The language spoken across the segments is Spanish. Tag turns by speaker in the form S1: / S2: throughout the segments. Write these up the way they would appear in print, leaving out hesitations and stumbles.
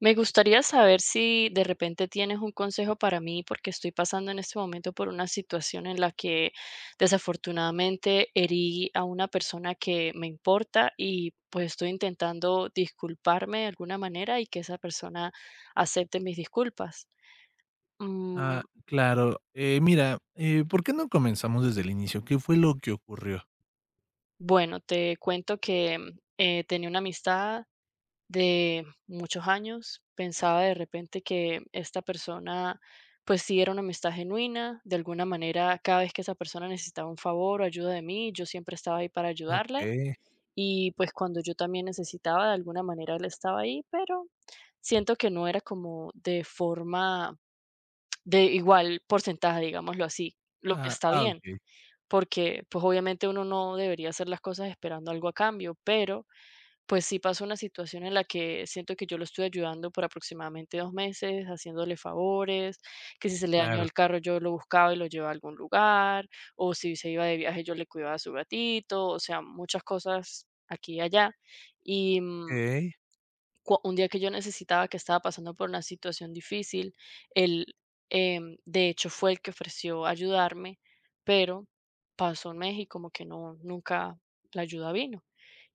S1: Me gustaría saber si de repente tienes un consejo para mí, porque estoy pasando en este momento por una situación en la que desafortunadamente herí a una persona que me importa y pues estoy intentando disculparme de alguna manera y que esa persona acepte mis disculpas.
S2: Ah,
S1: Mm,
S2: claro. Mira, ¿por qué no comenzamos desde el inicio? ¿Qué fue lo que ocurrió?
S1: bueno, te cuento que tenía una amistad de muchos años, pensaba de repente que esta persona, pues sí era una amistad genuina, de alguna manera cada vez que esa persona necesitaba un favor o ayuda de mí, yo siempre estaba ahí para ayudarle
S2: Okey.
S1: y pues cuando yo también necesitaba, de alguna manera él estaba ahí, pero siento que no era como de forma de igual porcentaje, digámoslo así, lo que
S2: Ah,
S1: está
S2: ah,
S1: bien,
S2: okey,
S1: porque pues obviamente uno no debería hacer las cosas esperando algo a cambio, pero pues sí pasó una situación en la que siento que yo lo estoy ayudando por aproximadamente 2 meses, haciéndole favores, que si se le dañó
S2: claro.
S1: el carro yo lo buscaba y lo llevaba a algún lugar, o si se iba de viaje yo le cuidaba a su gatito, o sea, muchas cosas aquí y allá. Y, mm
S2: Okey,
S1: cua un día que yo necesitaba, que estaba pasando por una situación difícil, él, de hecho, fue el que ofreció ayudarme, pero pasó un mes y como que no, nunca la ayuda vino.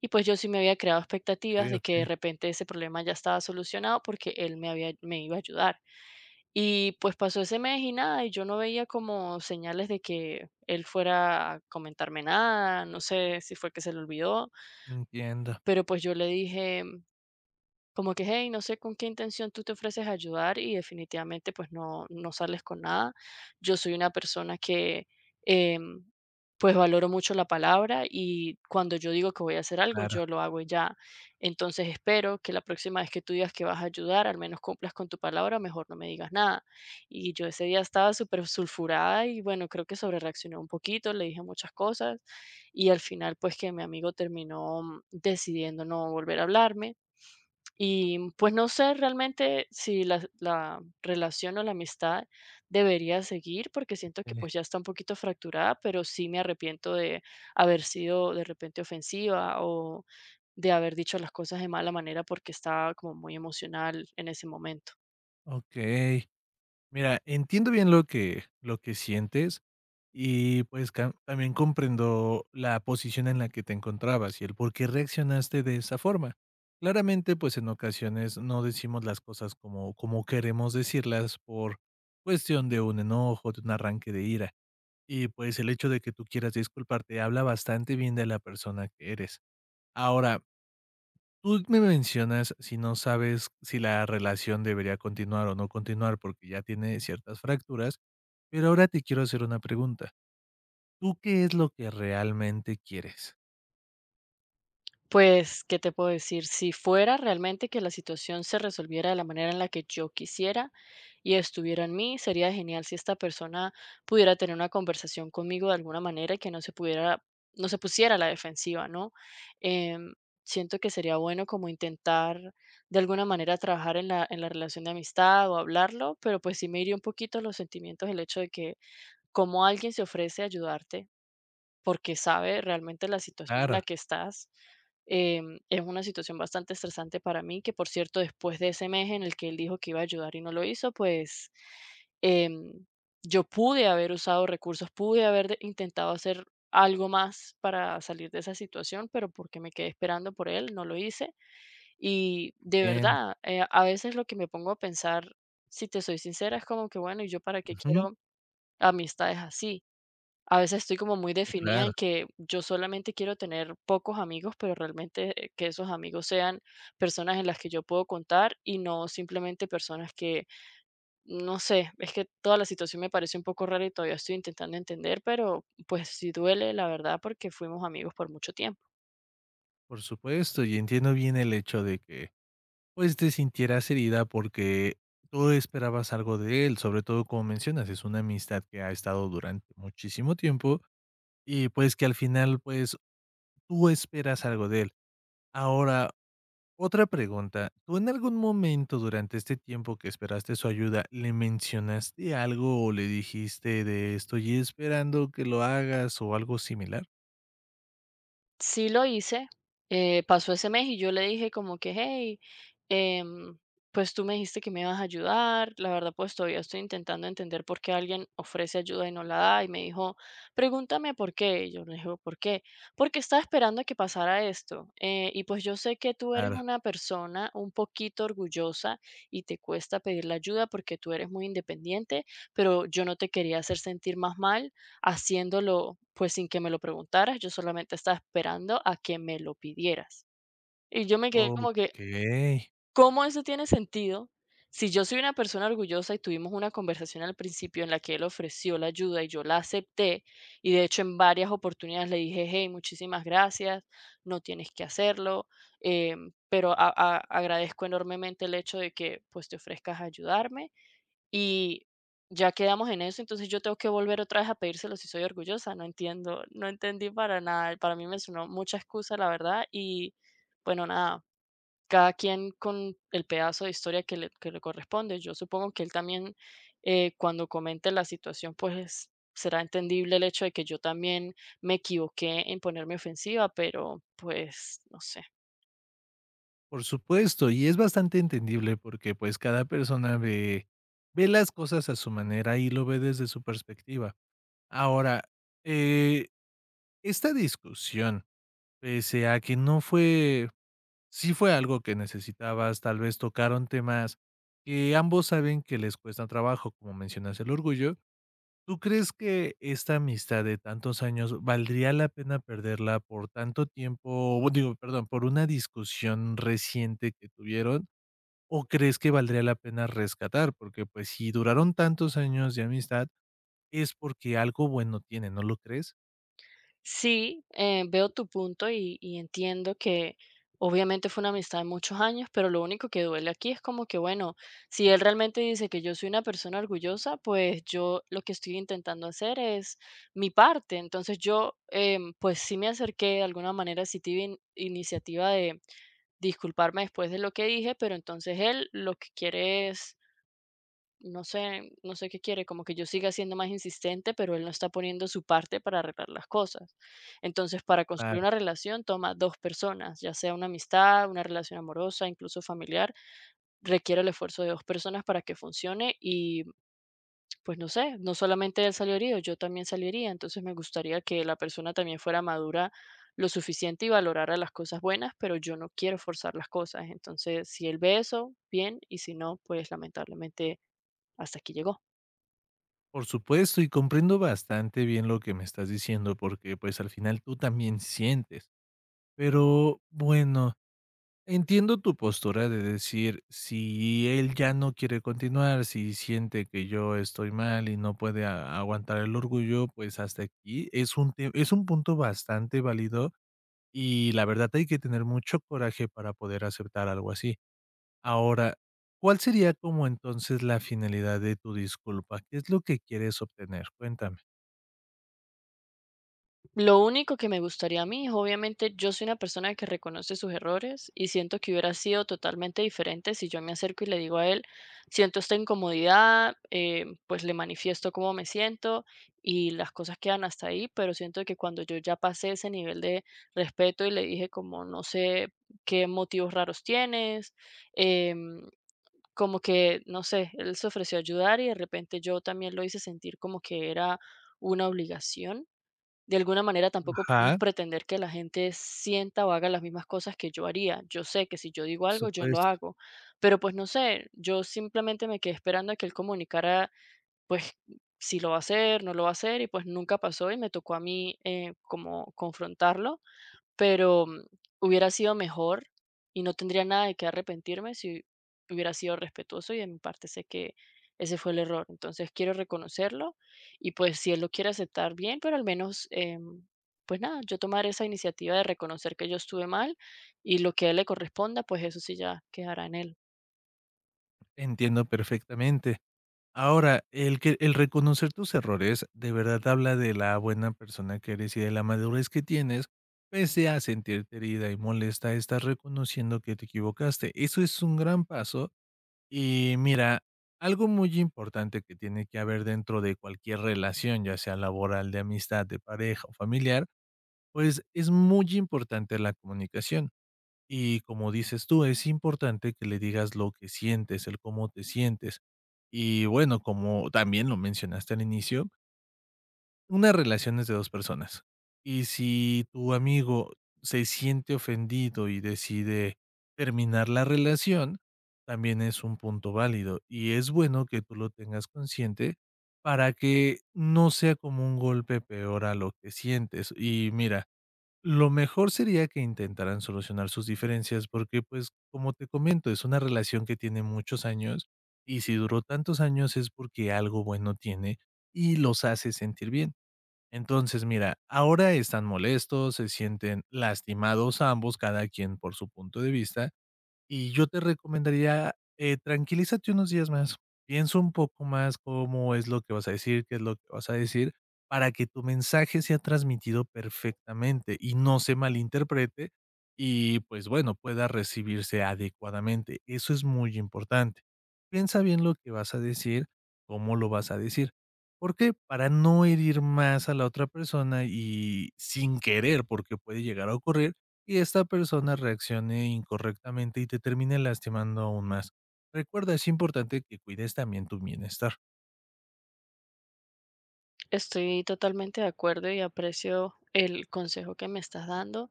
S1: Y pues yo sí me había creado expectativas
S2: okey,
S1: de que de
S2: okey.
S1: repente ese problema ya estaba solucionado porque él me iba a ayudar. Y pues pasó ese mes y nada, y yo no veía como señales de que él fuera a comentarme nada, no sé si fue que se le olvidó,
S2: Entiendo,
S1: pero pues yo le dije como que, hey, no sé con qué intención tú te ofreces a ayudar y definitivamente pues no, no sales con nada. Yo soy una persona que em, pues valoro mucho la palabra y cuando yo digo que voy a hacer algo,
S2: claro.
S1: yo lo hago y ya. Entonces espero que la próxima vez que tú digas que vas a ayudar, al menos cumplas con tu palabra, mejor no me digas nada. Y yo ese día estaba súper sulfurada y bueno, creo que sobre reaccioné un poquito, le dije muchas cosas y al final pues que mi amigo terminó decidiendo no volver a hablarme y, pues, no sé realmente si la relación o la amistad debería seguir, porque siento que,
S2: Eh,
S1: pues, ya está un poquito fracturada, pero sí me arrepiento de haber sido de repente ofensiva o de haber dicho las cosas de mala manera porque estaba como muy emocional en ese momento.
S2: okey. Mira, entiendo bien lo que sientes y, pues, cam también comprendo la posición en la que te encontrabas y el por qué reaccionaste de esa forma. Claramente, pues, en ocasiones no decimos las cosas como queremos decirlas por cuestión de un enojo, de un arranque de ira. Y, pues, el hecho de que tú quieras disculparte habla bastante bien de la persona que eres. Ahora, tú me mencionas si no sabes si la relación debería continuar o no continuar porque ya tiene ciertas fracturas. Pero ahora te quiero hacer una pregunta, ¿tú qué es lo que realmente quieres?
S1: Pues, ¿qué te puedo decir? Si fuera realmente que la situación se resolviera de la manera en la que yo quisiera y estuviera en mí, sería genial si esta persona pudiera tener una conversación conmigo de alguna manera y que no se pusiera a la defensiva, ¿no? Em, Siento que sería bueno como intentar de alguna manera trabajar en la relación de amistad o hablarlo, pero pues sí me iría un poquito los sentimientos, el hecho de que como alguien se ofrece a ayudarte porque sabe realmente la situación en la
S2: Claro,
S1: que estás. Es una situación bastante estresante para mí, que por cierto, después de ese mes en el que él dijo que iba a ayudar y no lo hizo, pues em, yo pude haber usado recursos, pude haber intentado hacer algo más para salir de esa situación, pero porque me quedé esperando por él, no lo hice. Y de
S2: entiendo,
S1: verdad, a veces lo que me pongo a pensar, si te soy sincera, es como que, bueno, ¿y yo para qué
S2: ujú,
S1: quiero amistades así? A veces estoy como muy
S2: sí,
S1: definida
S2: claro,
S1: en que yo solamente quiero tener pocos amigos, pero realmente que esos amigos sean personas en las que yo puedo contar y no simplemente personas que, no sé, es que toda la situación me parece un poco rara y todavía estoy intentando entender, pero pues sí duele, la verdad, porque fuimos amigos por mucho tiempo.
S2: por supuesto, y entiendo bien el hecho de que, pues, te sintieras herida porque tú esperabas algo de él, sobre todo, como mencionas, es una amistad que ha estado durante muchísimo tiempo y, pues, que al final, pues, tú esperas algo de él. Ahora, otra pregunta, ¿tú en algún momento durante este tiempo que esperaste su ayuda, le mencionaste algo o le dijiste de estoy esperando que lo hagas o algo similar?
S1: Sí lo hice, pasó ese mes y yo le dije como que, hey, em, pues tú me dijiste que me ibas a ayudar, la verdad pues todavía estoy intentando entender por qué alguien ofrece ayuda y no la da y me dijo, pregúntame por qué, y yo le dije, ¿por qué? Porque estaba esperando a que pasara esto y pues yo sé que tú eres
S2: Claro,
S1: una persona un poquito orgullosa y te cuesta pedir la ayuda porque tú eres muy independiente, pero yo no te quería hacer sentir más mal haciéndolo, pues, sin que me lo preguntaras, yo solamente estaba esperando a que me lo pidieras. Y yo me quedé como que,
S2: okey,
S1: ¿cómo eso tiene sentido? Si yo soy una persona orgullosa y tuvimos una conversación al principio en la que él ofreció la ayuda y yo la acepté, y de hecho en varias oportunidades le dije, hey, muchísimas gracias, no tienes que hacerlo, pero agradezco enormemente el hecho de que pues te ofrezcas a ayudarme y ya quedamos en eso, entonces yo tengo que volver otra vez a pedírselo si soy orgullosa. No entiendo, no entendí para nada. Para mí me sonó mucha excusa, la verdad. Y bueno, nada, cada quien con el pedazo de historia que le corresponde. Yo supongo que él también, cuando comente la situación, pues será entendible el hecho de que yo también me equivoqué en ponerme ofensiva, pero pues no sé.
S2: por supuesto, y es bastante entendible porque, pues, cada persona ve las cosas a su manera y lo ve desde su perspectiva. Ahora, eh, esta discusión, pese a que no fue. Si fue algo que necesitabas, tal vez tocaron temas que ambos saben que les cuesta trabajo, como mencionas el orgullo. ¿Tú crees que esta amistad de tantos años valdría la pena perderla por tanto tiempo? Bu Digo, perdón, por una discusión reciente que tuvieron, ¿o crees que valdría la pena rescatar? Porque, pues, si duraron tantos años de amistad, es porque algo bueno tiene, ¿no lo crees?
S1: Sí, veo tu punto y entiendo que obviamente fue una amistad de muchos años, pero lo único que duele aquí es como que, bueno, si él realmente dice que yo soy una persona orgullosa, pues yo lo que estoy intentando hacer es mi parte. Entonces yo, pues sí me acerqué de alguna manera, sí tuve iniciativa de disculparme después de lo que dije, pero entonces él lo que quiere es no sé qué quiere, como que yo siga siendo más insistente, pero él no está poniendo su parte para arreglar las cosas. Entonces, para construir una relación toma 2 personas, ya sea una amistad, una relación amorosa, incluso familiar, requiere el esfuerzo de 2 personas para que funcione y, pues, no sé, no solamente él salió herido, yo también salí herida, entonces me gustaría que la persona también fuera madura lo suficiente y valorara las cosas buenas, pero yo no quiero forzar las cosas. Entonces, si él ve eso, bien, y si no, pues, lamentablemente hasta aquí llegó.
S2: Por supuesto, y comprendo bastante bien lo que me estás diciendo, porque pues al final tú también sientes. Pero bueno, entiendo tu postura de decir, si él ya no quiere continuar, si siente que yo estoy mal y no puede aguantar el orgullo, pues hasta aquí es un, es un punto bastante válido y la verdad hay que tener mucho coraje para poder aceptar algo así. Ahora, ¿cuál sería como entonces la finalidad de tu disculpa? ¿Qué es lo que quieres obtener? Cuéntame.
S1: Lo único que me gustaría a mí, obviamente, yo soy una persona que reconoce sus errores y siento que hubiera sido totalmente diferente si yo me acerco y le digo a él, siento esta incomodidad, pues le manifiesto cómo me siento y las cosas quedan hasta ahí, pero siento que cuando yo ya pasé ese nivel de respeto y le dije como no sé qué motivos raros tienes, em, como que, no sé, él se ofreció a ayudar y de repente yo también lo hice sentir como que era una obligación de alguna manera tampoco podemos
S2: Ajá,
S1: pretender que la gente sienta o haga las mismas cosas que yo haría. Yo sé que si yo digo
S2: por
S1: algo, yo lo
S2: supuesto,
S1: hago, pero pues no sé, yo simplemente me quedé esperando a que él comunicara, pues si lo va a hacer, no lo va a hacer, y pues nunca pasó y me tocó a mí como confrontarlo pero, hubiera sido mejor y no tendría nada de qué arrepentirme si hubiera sido respetuoso, y de mi parte sé que ese fue el error. Entonces, quiero reconocerlo y, pues, si él lo quiere aceptar, bien, pero al menos, pues nada, yo tomar esa iniciativa de reconocer que yo estuve mal y lo que a él le corresponda, pues eso sí ya quedará en él.
S2: entiendo perfectamente. Ahora, el que el reconocer tus errores de verdad habla de la buena persona que eres y de la madurez que tienes, pese a sentirte herida y molesta, estás reconociendo que te equivocaste. Eso es un gran paso y mira, algo muy importante que tiene que haber dentro de cualquier relación, ya sea laboral, de amistad, de pareja o familiar, pues es muy importante la comunicación. Y como dices tú, es importante que le digas lo que sientes, el cómo te sientes. Y bueno, como también lo mencionaste al inicio, una relación es de 2 personas. Y si tu amigo se siente ofendido y decide terminar la relación, también es un punto válido, y es bueno que tú lo tengas consciente para que no sea como un golpe peor a lo que sientes. Y mira, lo mejor sería que intentaran solucionar sus diferencias porque, pues, como te comento, es una relación que tiene muchos años y si duró tantos años es porque algo bueno tiene y los hace sentir bien. Entonces, mira, ahora están molestos, se sienten lastimados ambos, cada quien por su punto de vista, y yo te recomendaría, tranquilízate unos días más. Piensa un poco más cómo es lo que vas a decir, qué es lo que vas a decir, para que tu mensaje sea transmitido perfectamente y no se malinterprete y, pues, bueno, pueda recibirse adecuadamente. Eso es muy importante. Piensa bien lo que vas a decir, cómo lo vas a decir. ¿Por qué? Para no herir más a la otra persona y sin querer, porque puede llegar a ocurrir, y esta persona reaccione incorrectamente y te termine lastimando aún más. Recuerda, es importante que cuides también tu bienestar.
S1: Estoy totalmente de acuerdo y aprecio el consejo que me estás dando.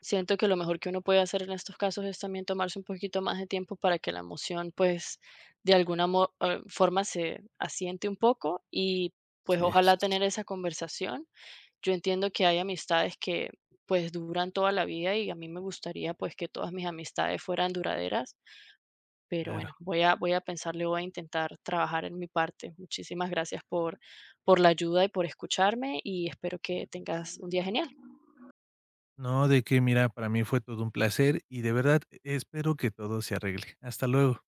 S1: Siento que lo mejor que uno puede hacer en estos casos es también tomarse un poquito más de tiempo para que la emoción, pues, de alguna forma se asiente un poco y pues
S2: Así es.
S1: ojalá tener esa conversación. Yo entiendo que hay amistades que pues duran toda la vida y a mí me gustaría pues que todas mis amistades fueran duraderas, pero bueno,
S2: Claro.
S1: voy a pensarle, voy a intentar trabajar en mi parte. Muchísimas gracias por la ayuda y por escucharme y espero que tengas un día genial.
S2: No, de que mira, para mí fue todo un placer y de verdad espero que todo se arregle. Hasta luego.